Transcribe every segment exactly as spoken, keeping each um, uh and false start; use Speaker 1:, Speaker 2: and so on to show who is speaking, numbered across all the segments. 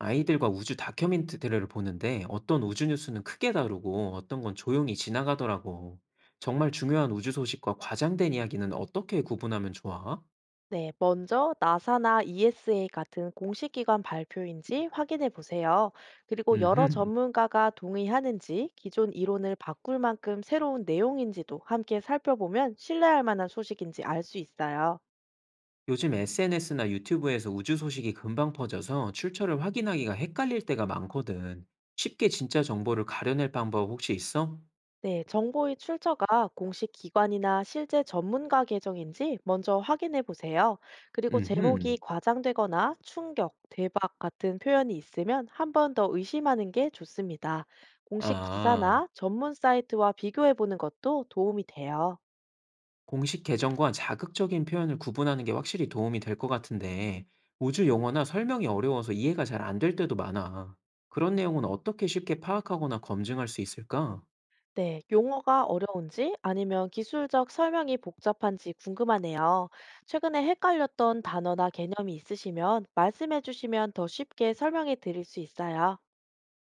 Speaker 1: 아이들과 우주 다큐멘터리를 보는데 어떤 우주 뉴스는 크게 다루고 어떤 건 조용히 지나가더라고. 정말 중요한 우주 소식과 과장된 이야기는 어떻게 구분하면 좋아?
Speaker 2: 네, 먼저 나사나 이에스에이 같은 공식 기관 발표인지 확인해 보세요. 그리고 여러
Speaker 1: 음,
Speaker 2: 전문가가 동의하는지 기존 이론을 바꿀 만큼 새로운 내용인지도 함께 살펴보면 신뢰할 만한 소식인지 알 수 있어요.
Speaker 1: 요즘 에스엔에스나 유튜브에서 우주 소식이 금방 퍼져서 출처를 확인하기가 헷갈릴 때가 많거든. 쉽게 진짜 정보를 가려낼 방법 혹시 있어?
Speaker 2: 네, 정보의 출처가 공식 기관이나 실제 전문가 계정인지 먼저 확인해 보세요. 그리고 제목이
Speaker 1: 음,
Speaker 2: 과장되거나 충격, 대박 같은 표현이 있으면 한 번 더 의심하는 게 좋습니다. 공식
Speaker 1: 아.
Speaker 2: 기사나 전문 사이트와 비교해 보는 것도 도움이 돼요.
Speaker 1: 공식 계정과 자극적인 표현을 구분하는 게 확실히 도움이 될 것 같은데, 우주 용어나 설명이 어려워서 이해가 잘 안 될 때도 많아. 그런 내용은 어떻게 쉽게 파악하거나 검증할 수 있을까?
Speaker 2: 네, 용어가 어려운지 아니면 기술적 설명이 복잡한지 궁금하네요. 최근에 헷갈렸던 단어나 개념이 있으시면 말씀해 주시면 더 쉽게 설명해 드릴 수 있어요.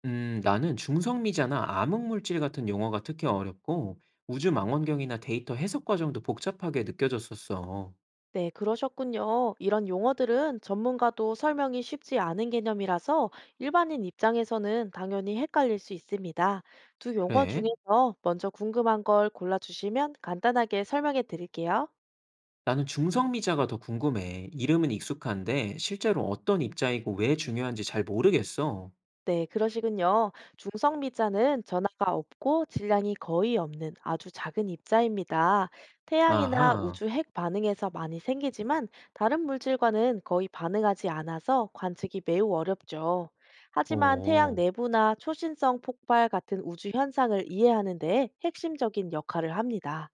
Speaker 1: 음, 나는 중성미자나 암흑물질 같은 용어가 특히 어렵고, 우주 망원경이나 데이터 해석 과정도 복잡하게 느껴졌었어.
Speaker 2: 네, 그러셨군요. 이런 용어들은 전문가도 설명이 쉽지 않은 개념이라서 일반인 입장에서는 당연히 헷갈릴 수 있습니다. 두 용어
Speaker 1: 그래?
Speaker 2: 중에서 먼저 궁금한 걸 골라주시면 간단하게 설명해 드릴게요.
Speaker 1: 나는 중성미자가 더 궁금해. 이름은 익숙한데, 실제로 어떤 입자이고 왜 중요한지 잘 모르겠어.
Speaker 2: 네, 그러시군요. 중성미자는 전하가 없고 질량이 거의 없는 아주 작은 입자입니다. 태양이나
Speaker 1: 아하,
Speaker 2: 우주 핵 반응에서 많이 생기지만 다른 물질과는 거의 반응하지 않아서 관측이 매우 어렵죠. 하지만 태양
Speaker 1: 어.
Speaker 2: 내부나 초신성 폭발 같은 우주 현상을 이해하는 데 핵심적인 역할을 합니다.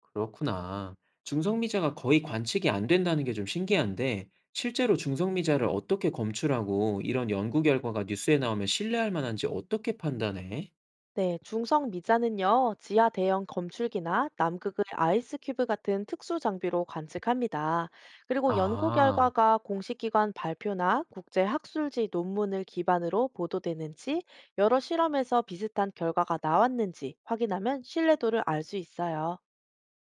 Speaker 1: 그렇구나. 중성미자가 거의 관측이 안 된다는 게 좀 신기한데, 실제로 중성미자를 어떻게 검출하고 이런 연구 결과가 뉴스에 나오면 신뢰할 만한지 어떻게 판단해?
Speaker 2: 네, 중성 미자는요, 지하 대형 검출기나 남극의 아이스 큐브 같은 특수 장비로 관측합니다. 그리고 연구
Speaker 1: 아,
Speaker 2: 결과가 공식 기관 발표나 국제 학술지 논문을 기반으로 보도되는지, 여러 실험에서 비슷한 결과가 나왔는지 확인하면 신뢰도를 알 수 있어요.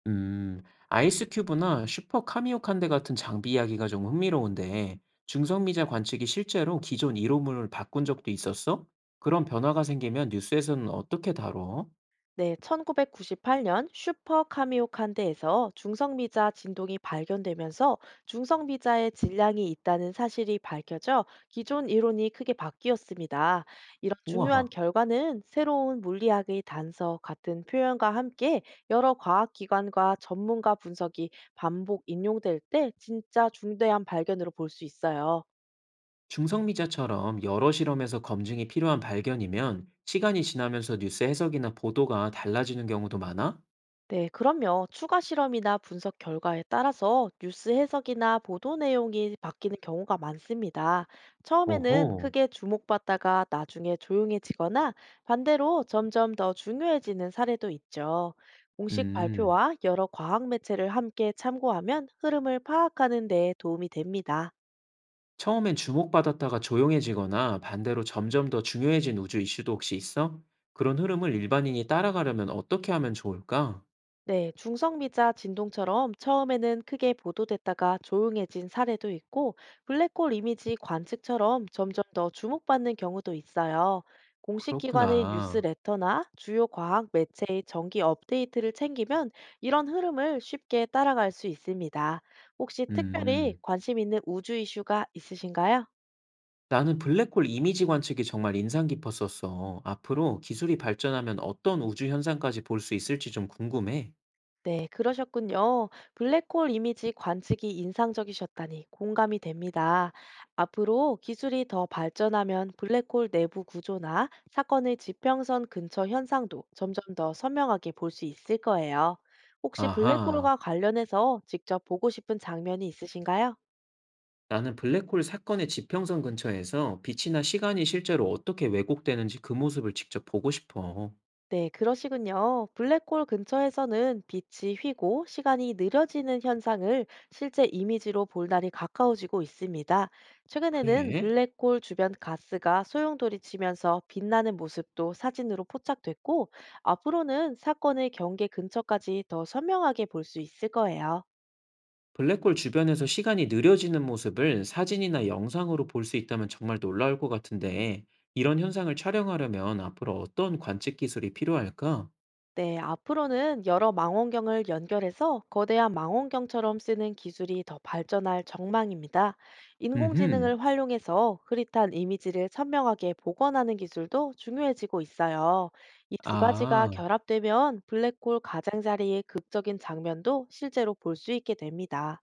Speaker 1: 음, 아이스큐브나 슈퍼 카미오칸데 같은 장비 이야기가 좀 흥미로운데, 중성미자 관측이 실제로 기존 이론을 바꾼 적도 있었어? 그런 변화가 생기면 뉴스에서는 어떻게 다뤄?
Speaker 2: 네, 천구백구십팔 년 슈퍼 카미오칸데에서 중성미자 진동이 발견되면서 중성미자의 질량이 있다는 사실이 밝혀져 기존 이론이 크게 바뀌었습니다. 이런
Speaker 1: 우와.
Speaker 2: 중요한 결과는 새로운 물리학의 단서 같은 표현과 함께 여러 과학기관과 전문가 분석이 반복 인용될 때 진짜 중대한 발견으로 볼 수 있어요.
Speaker 1: 중성미자처럼 여러 실험에서 검증이 필요한 발견이면 시간이 지나면서 뉴스 해석이나 보도가 달라지는 경우도 많아?
Speaker 2: 네, 그럼요. 추가 실험이나 분석 결과에 따라서 뉴스 해석이나 보도 내용이 바뀌는 경우가 많습니다. 처음에는
Speaker 1: 오호,
Speaker 2: 크게 주목받다가 나중에 조용해지거나 반대로 점점 더 중요해지는 사례도 있죠. 공식
Speaker 1: 음.
Speaker 2: 발표와 여러 과학 매체를 함께 참고하면 흐름을 파악하는 데 도움이 됩니다.
Speaker 1: 처음엔 주목받았다가 조용해지거나 반대로 점점 더 중요해진 우주 이슈도 혹시 있어? 그런 흐름을 일반인이 따라가려면 어떻게 하면 좋을까?
Speaker 2: 네, 중성미자 진동처럼 처음에는 크게 보도됐다가 조용해진 사례도 있고, 블랙홀 이미지 관측처럼 점점 더 주목받는 경우도 있어요. 공식 기관의
Speaker 1: 그렇구나.
Speaker 2: 뉴스레터나 주요 과학 매체의 정기 업데이트를 챙기면 이런 흐름을 쉽게 따라갈 수 있습니다. 혹시 특별히
Speaker 1: 음.
Speaker 2: 관심 있는 우주 이슈가 있으신가요?
Speaker 1: 나는 블랙홀 이미지 관측이 정말 인상 깊었었어. 앞으로 기술이 발전하면 어떤 우주 현상까지 볼 수 있을지 좀 궁금해.
Speaker 2: 네, 그러셨군요. 블랙홀 이미지 관측이 인상적이셨다니 공감이 됩니다. 앞으로 기술이 더 발전하면 블랙홀 내부 구조나 사건의 지평선 근처 현상도 점점 더 선명하게 볼 수 있을 거예요. 혹시
Speaker 1: 아하.
Speaker 2: 블랙홀과 관련해서 직접 보고 싶은 장면이 있으신가요?
Speaker 1: 나는 블랙홀 사건의 지평선 근처에서 빛이나 시간이 실제로 어떻게 왜곡되는지 그 모습을 직접 보고 싶어.
Speaker 2: 네, 그러시군요. 블랙홀 근처에서는 빛이 휘고 시간이 느려지는 현상을 실제 이미지로 볼 날이 가까워지고 있습니다. 최근에는
Speaker 1: 그래?
Speaker 2: 블랙홀 주변 가스가 소용돌이 치면서 빛나는 모습도 사진으로 포착됐고, 앞으로는 사건의 경계 근처까지 더 선명하게 볼 수 있을 거예요.
Speaker 1: 블랙홀 주변에서 시간이 느려지는 모습을 사진이나 영상으로 볼 수 있다면 정말 놀라울 것 같은데, 이런 현상을 촬영하려면 앞으로 어떤 관측 기술이 필요할까?
Speaker 2: 네, 앞으로는 여러 망원경을 연결해서 거대한 망원경처럼 쓰는 기술이 더 발전할 전망입니다.
Speaker 1: 음흠.
Speaker 2: 인공지능을 활용해서 흐릿한 이미지를 선명하게 복원하는 기술도 중요해지고 있어요. 이 두 가지가
Speaker 1: 아,
Speaker 2: 결합되면 블랙홀 가장자리의 극적인 장면도 실제로 볼 수 있게 됩니다.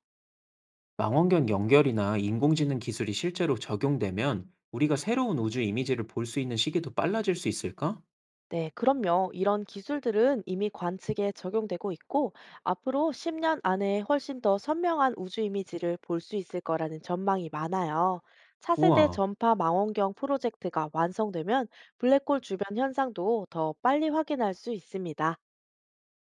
Speaker 1: 망원경 연결이나 인공지능 기술이 실제로 적용되면 우리가 새로운 우주 이미지를 볼 수 있는 시기도 빨라질 수 있을까?
Speaker 2: 네, 그럼요. 이런 기술들은 이미 관측에 적용되고 있고, 앞으로 십 년 안에 훨씬 더 선명한 우주 이미지를 볼 수 있을 거라는 전망이 많아요. 차세대
Speaker 1: 우와.
Speaker 2: 전파 망원경 프로젝트가 완성되면 블랙홀 주변 현상도 더 빨리 확인할 수 있습니다.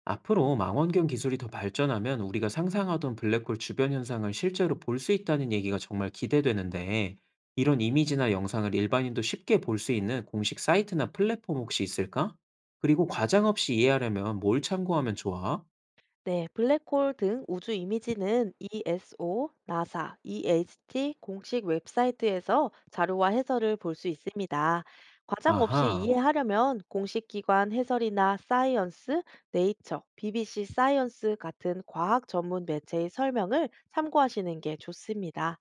Speaker 1: 앞으로 망원경 기술이 더 발전하면 우리가 상상하던 블랙홀 주변 현상을 실제로 볼 수 있다는 얘기가 정말 기대되는데, 이런 이미지나 영상을 일반인도 쉽게 볼 수 있는 공식 사이트나 플랫폼 혹시 있을까? 그리고 과장 없이 이해하려면 뭘 참고하면 좋아?
Speaker 2: 네, 블랙홀 등 우주 이미지는 이에스오, 나사, 이에이치티 공식 웹사이트에서 자료와 해설을 볼 수 있습니다. 과장 없이
Speaker 1: 아하,
Speaker 2: 이해하려면 공식 기관 해설이나 사이언스, 네이처, 비비씨 사이언스 같은 과학 전문 매체의 설명을 참고하시는 게 좋습니다.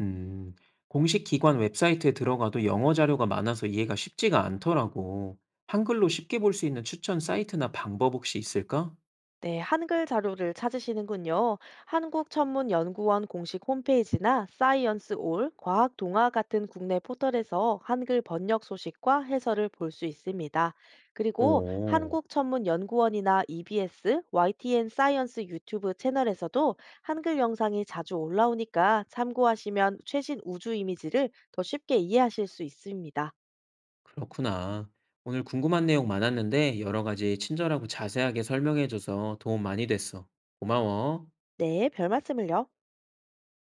Speaker 1: 음, 공식 기관 웹사이트에 들어가도 영어 자료가 많아서 이해가 쉽지가 않더라고. 한글로 쉽게 볼 수 있는 추천 사이트나 방법 혹시 있을까?
Speaker 2: 네, 한글 자료를 찾으시는군요. 한국천문연구원 공식 홈페이지나 사이언스 올, 과학 동화 같은 국내 포털에서 한글 번역 소식과 해설을 볼 수 있습니다. 그리고
Speaker 1: 오.
Speaker 2: 한국천문연구원이나 이비에스, 와이티엔 사이언스 유튜브 채널에서도 한글 영상이 자주 올라오니까 참고하시면 최신 우주 이미지를 더 쉽게 이해하실 수 있습니다.
Speaker 1: 그렇구나. 오늘 궁금한 내용 많았는데 여러 가지 친절하고 자세하게 설명해줘서 도움 많이 됐어. 고마워.
Speaker 2: 네, 별 말씀을요.